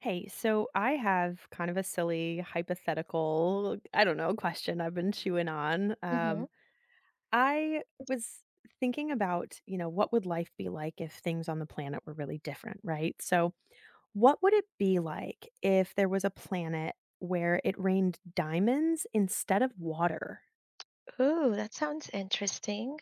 Hey, so I have kind of a silly hypothetical, I don't know, question I've been chewing on. Hmm. I was thinking about, what would life be like if things on the planet were really different, right? So, what would it be like if there was a planet where it rained diamonds instead of water, Ooh, that sounds interesting.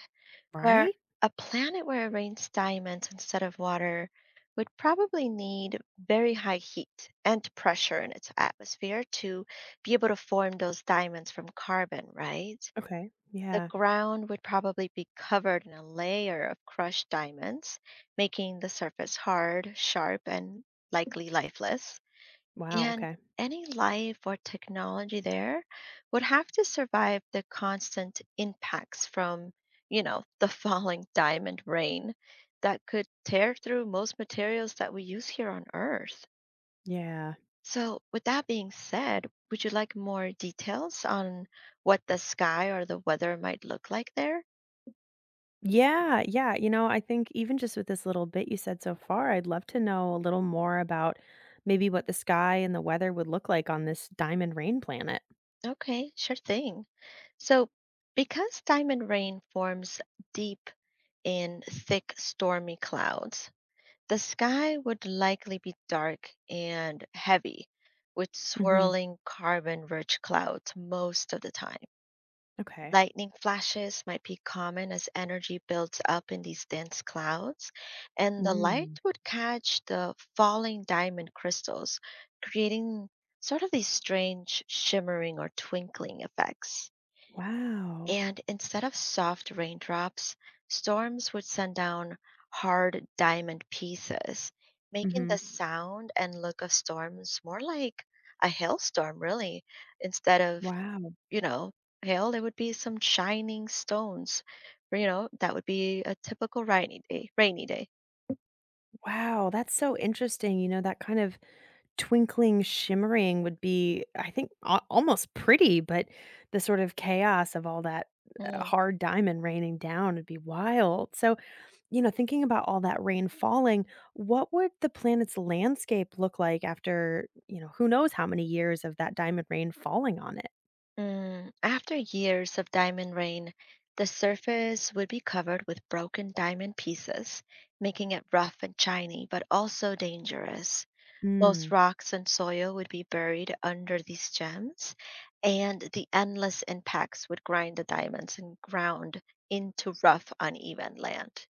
Where right? a planet where it rains diamonds instead of water would probably need very high heat and pressure in its atmosphere to be able to form those diamonds from carbon, right? Okay. The Yeah. ground would probably be covered in a layer of crushed diamonds, making the surface hard, sharp, and likely lifeless. Wow. And Okay. any life or technology there would have to survive the constant impacts from, the falling diamond rain that could tear through most materials that we use here on Earth. Yeah. So, with that being said, would you like more details on what the sky or the weather might look like there? Yeah, yeah. I think even just with this little bit you said so far, I'd love to know a little more about maybe what the sky and the weather would look like on this diamond rain planet. Okay, sure thing. So, because diamond rain forms deep in thick, stormy clouds, the sky would likely be dark and heavy, with Hmm. swirling carbon rich clouds most of the time. Okay. Lightning flashes might be common as energy builds up in these dense clouds, and the Mm. light would catch the falling diamond crystals, creating sort of these strange shimmering or twinkling effects. Wow. And instead of soft raindrops, storms would send down hard diamond pieces, making the Hmm. sound and look of storms more like a hailstorm, really, instead of Wow. you know, hail, there would be some shining stones. Or, You know, that would be a typical rainy day. Wow. That's so interesting. That kind of twinkling, shimmering would be, I think, almost pretty, but the sort of chaos of all that hard diamond raining down would be wild. So, thinking about all that rain falling, what would the planet's landscape look like after, who knows how many years of that diamond rain falling on it? Mm, after years of diamond rain, the surface would be covered with broken diamond pieces, making it rough and shiny, but also dangerous. Most Mm, rocks and soil would be buried under these gems, and the endless impacts would grind the diamonds and ground into rough, uneven land.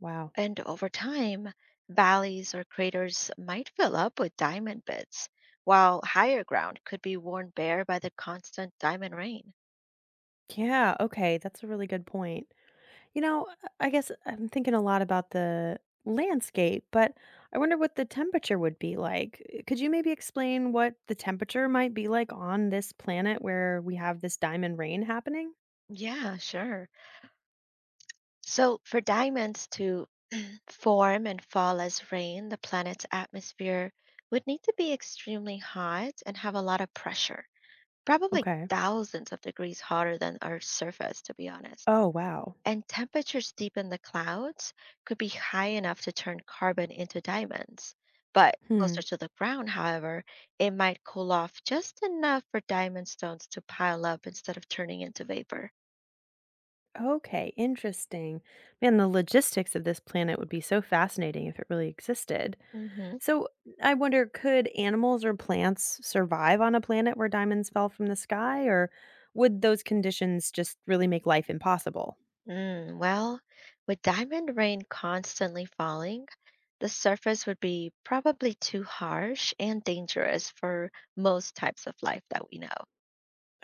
wow. And over time, valleys or craters might fill up with diamond bits, while higher ground could be worn bare by the constant diamond rain. Yeah, okay, that's a really good point. You know, I guess I'm thinking a lot about the landscape, but I wonder what the temperature would be like. Could you maybe explain what the temperature might be like on this planet where we have this diamond rain happening? Yeah, sure. So, for diamonds to form and fall as rain, the planet's atmosphere would need to be extremely hot and have a lot of pressure, probably Okay. thousands of degrees hotter than Earth's surface, to be honest. Oh, wow. And temperatures deep in the clouds could be high enough to turn carbon into diamonds. But Hmm. closer to the ground, however, it might cool off just enough for diamond stones to pile up instead of turning into vapor. Okay, interesting. Man, the logistics of this planet would be so fascinating if it really existed. Hmm. So, I wonder could animals or plants survive on a planet where diamonds fell from the sky, or would those conditions just really make life impossible? Mm, well, with diamond rain constantly falling, the surface would be probably too harsh and dangerous for most types of life that we know.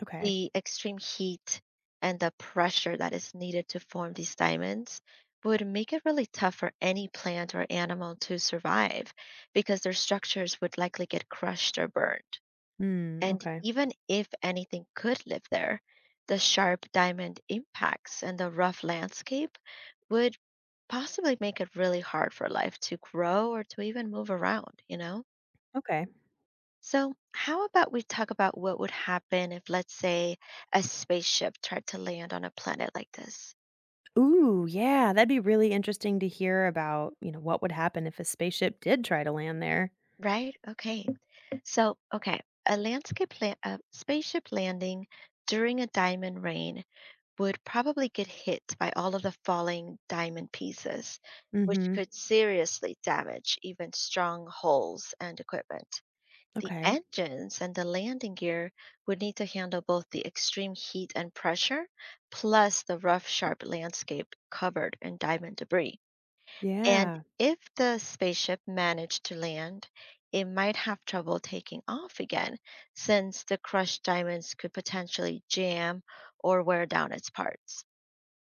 Okay. The extreme heat and the pressure that is needed to form these diamonds would make it really tough for any plant or animal to survive because their structures would likely get crushed or burned. Hmm. And Okay. even if anything could live there, the sharp diamond impacts and the rough landscape would possibly make it really hard for life to grow or to even move around, you know? Okay. So, how about we talk about what would happen if, let's say, a spaceship tried to land on a planet like this, Ooh, yeah, that'd be really interesting to hear about, what would happen if a spaceship did try to land there. right? Okay. So, okay, a spaceship landing during a diamond rain would probably get hit by all of the falling diamond pieces, Mm which hmm. could seriously damage even strong hulls and equipment. The Okay. engines and the landing gear would need to handle both the extreme heat and pressure, plus the rough, sharp landscape covered in diamond debris. And Yeah. if the spaceship managed to land, it might have trouble taking off again, since the crushed diamonds could potentially jam or wear down its parts.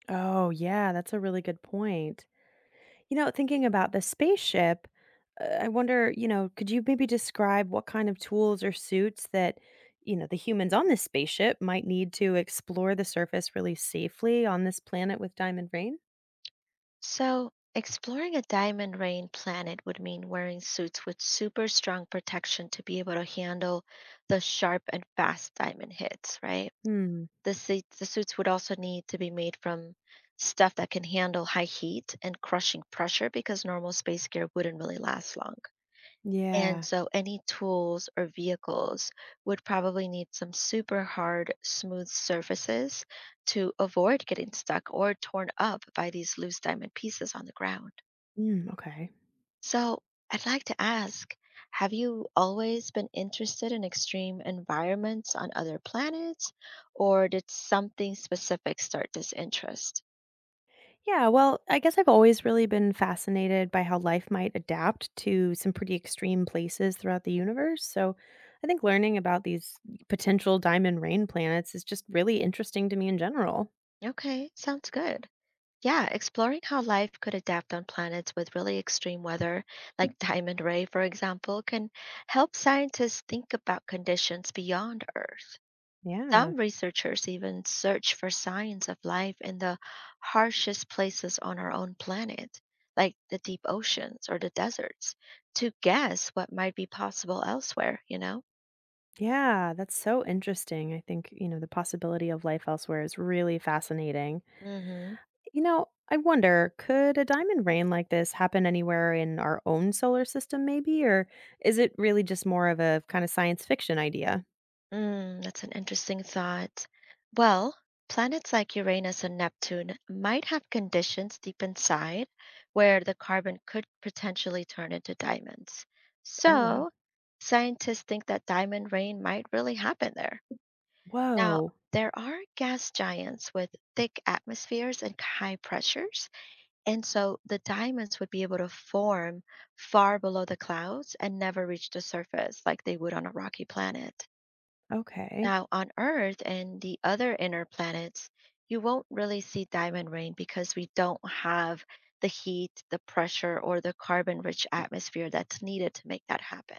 Oh, yeah, that's a really good point. Thinking about the spaceship, I wonder, could you maybe describe what kind of tools or suits that, the humans on this spaceship might need to explore the surface really safely on this planet with Diamond Rain? So, exploring a diamond rain planet would mean wearing suits with super strong protection to be able to handle the sharp and fast diamond hits, right? Hmm. The suits would also need to be made from stuff that can handle high heat and crushing pressure because normal space gear wouldn't really last long. And Yeah. so any tools or vehicles would probably need some super hard, smooth surfaces to avoid getting stuck or torn up by these loose diamond pieces on the ground. Mm, okay. So I'd like to ask, have you always been interested in extreme environments on other planets, or did something specific start this interest? Yeah, well, I guess I've always really been fascinated by how life might adapt to some pretty extreme places throughout the universe. So I think learning about these potential diamond rain planets is just really interesting to me in general. Okay, sounds good. Yeah, exploring how life could adapt on planets with really extreme weather, like Diamond Ray, for example, can help scientists think about conditions beyond Earth. Yeah. Some researchers even search for signs of life in the harshest places on our own planet, like the deep oceans or the deserts, to guess what might be possible elsewhere, you know? Yeah, that's so interesting. I think, the possibility of life elsewhere is really fascinating. Hmm. I wonder, could a diamond rain like this happen anywhere in our own solar system, maybe? Or is it really just more of a kind of science fiction idea? Mm, that's an interesting thought. Well, planets like Uranus and Neptune might have conditions deep inside where the carbon could potentially turn into diamonds. Oh, wow. So, scientists think that diamond rain might really happen there. Now, Whoa. there are gas giants with thick atmospheres and high pressures, and so the diamonds would be able to form far below the clouds and never reach the surface like they would on a rocky planet. Okay. Now, on Earth and the other inner planets, you won't really see diamond rain because we don't have the heat, the pressure, or the carbon rich atmosphere that's needed to make that happen.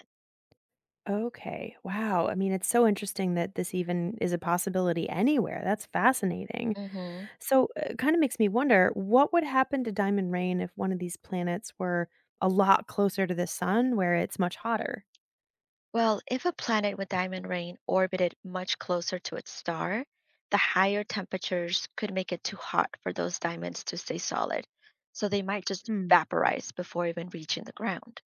Okay. Wow. I mean, it's so interesting that this even is a possibility anywhere. That's fascinating. Hmm. So it kind of makes me wonder what would happen to Diamond Rain if one of these planets were a lot closer to the sun where it's much hotter? Well, if a planet with diamond rain orbited much closer to its star, the higher temperatures could make it too hot for those diamonds to stay solid. So they might just Hmm. vaporize before even reaching the ground.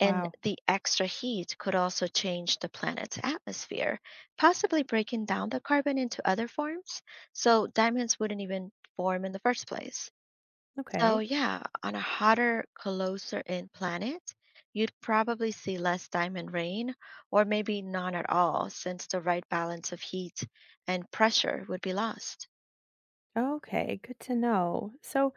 And Wow. the extra heat could also change the planet's atmosphere, possibly breaking down the carbon into other forms, so diamonds wouldn't even form in the first place. So, Okay. yeah, on a hotter, closer in planet, you'd probably see less diamond rain or maybe none at all, since the right balance of heat and pressure would be lost. Okay. Good to know. So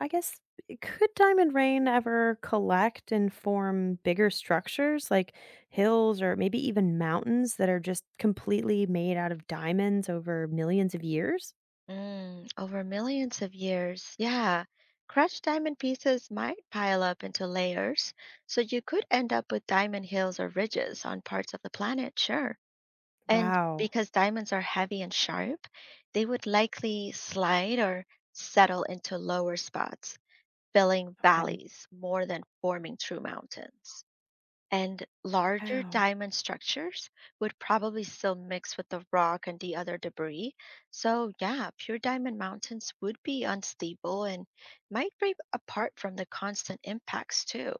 I guess could Diamond Rain ever collect and form bigger structures like hills or maybe even mountains that are just completely made out of diamonds over millions of years? Mm, over millions of years, yeah. Crushed diamond pieces might pile up into layers, so you could end up with diamond hills or ridges on parts of the planet, sure. And Wow. because diamonds are heavy and sharp, they would likely slide or settle into lower spots, filling Okay. valleys more than forming true mountains, and larger Wow. diamond structures would probably still mix with the rock and the other debris. So, yeah, pure diamond mountains would be unstable and might break apart from the constant impacts, too.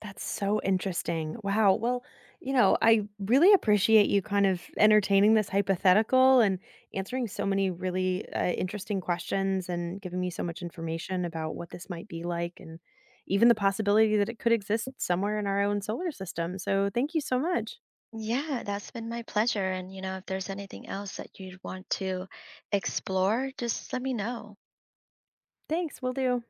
That's so interesting. Wow. Well, I really appreciate you kind of entertaining this hypothetical and answering so many really interesting questions and giving me so much information about what this might be like and even the possibility that it could exist somewhere in our own solar system. So, thank you so much. Yeah, that's been my pleasure. And, if there's anything else that you'd want to explore, just let me know. Thanks. Will do.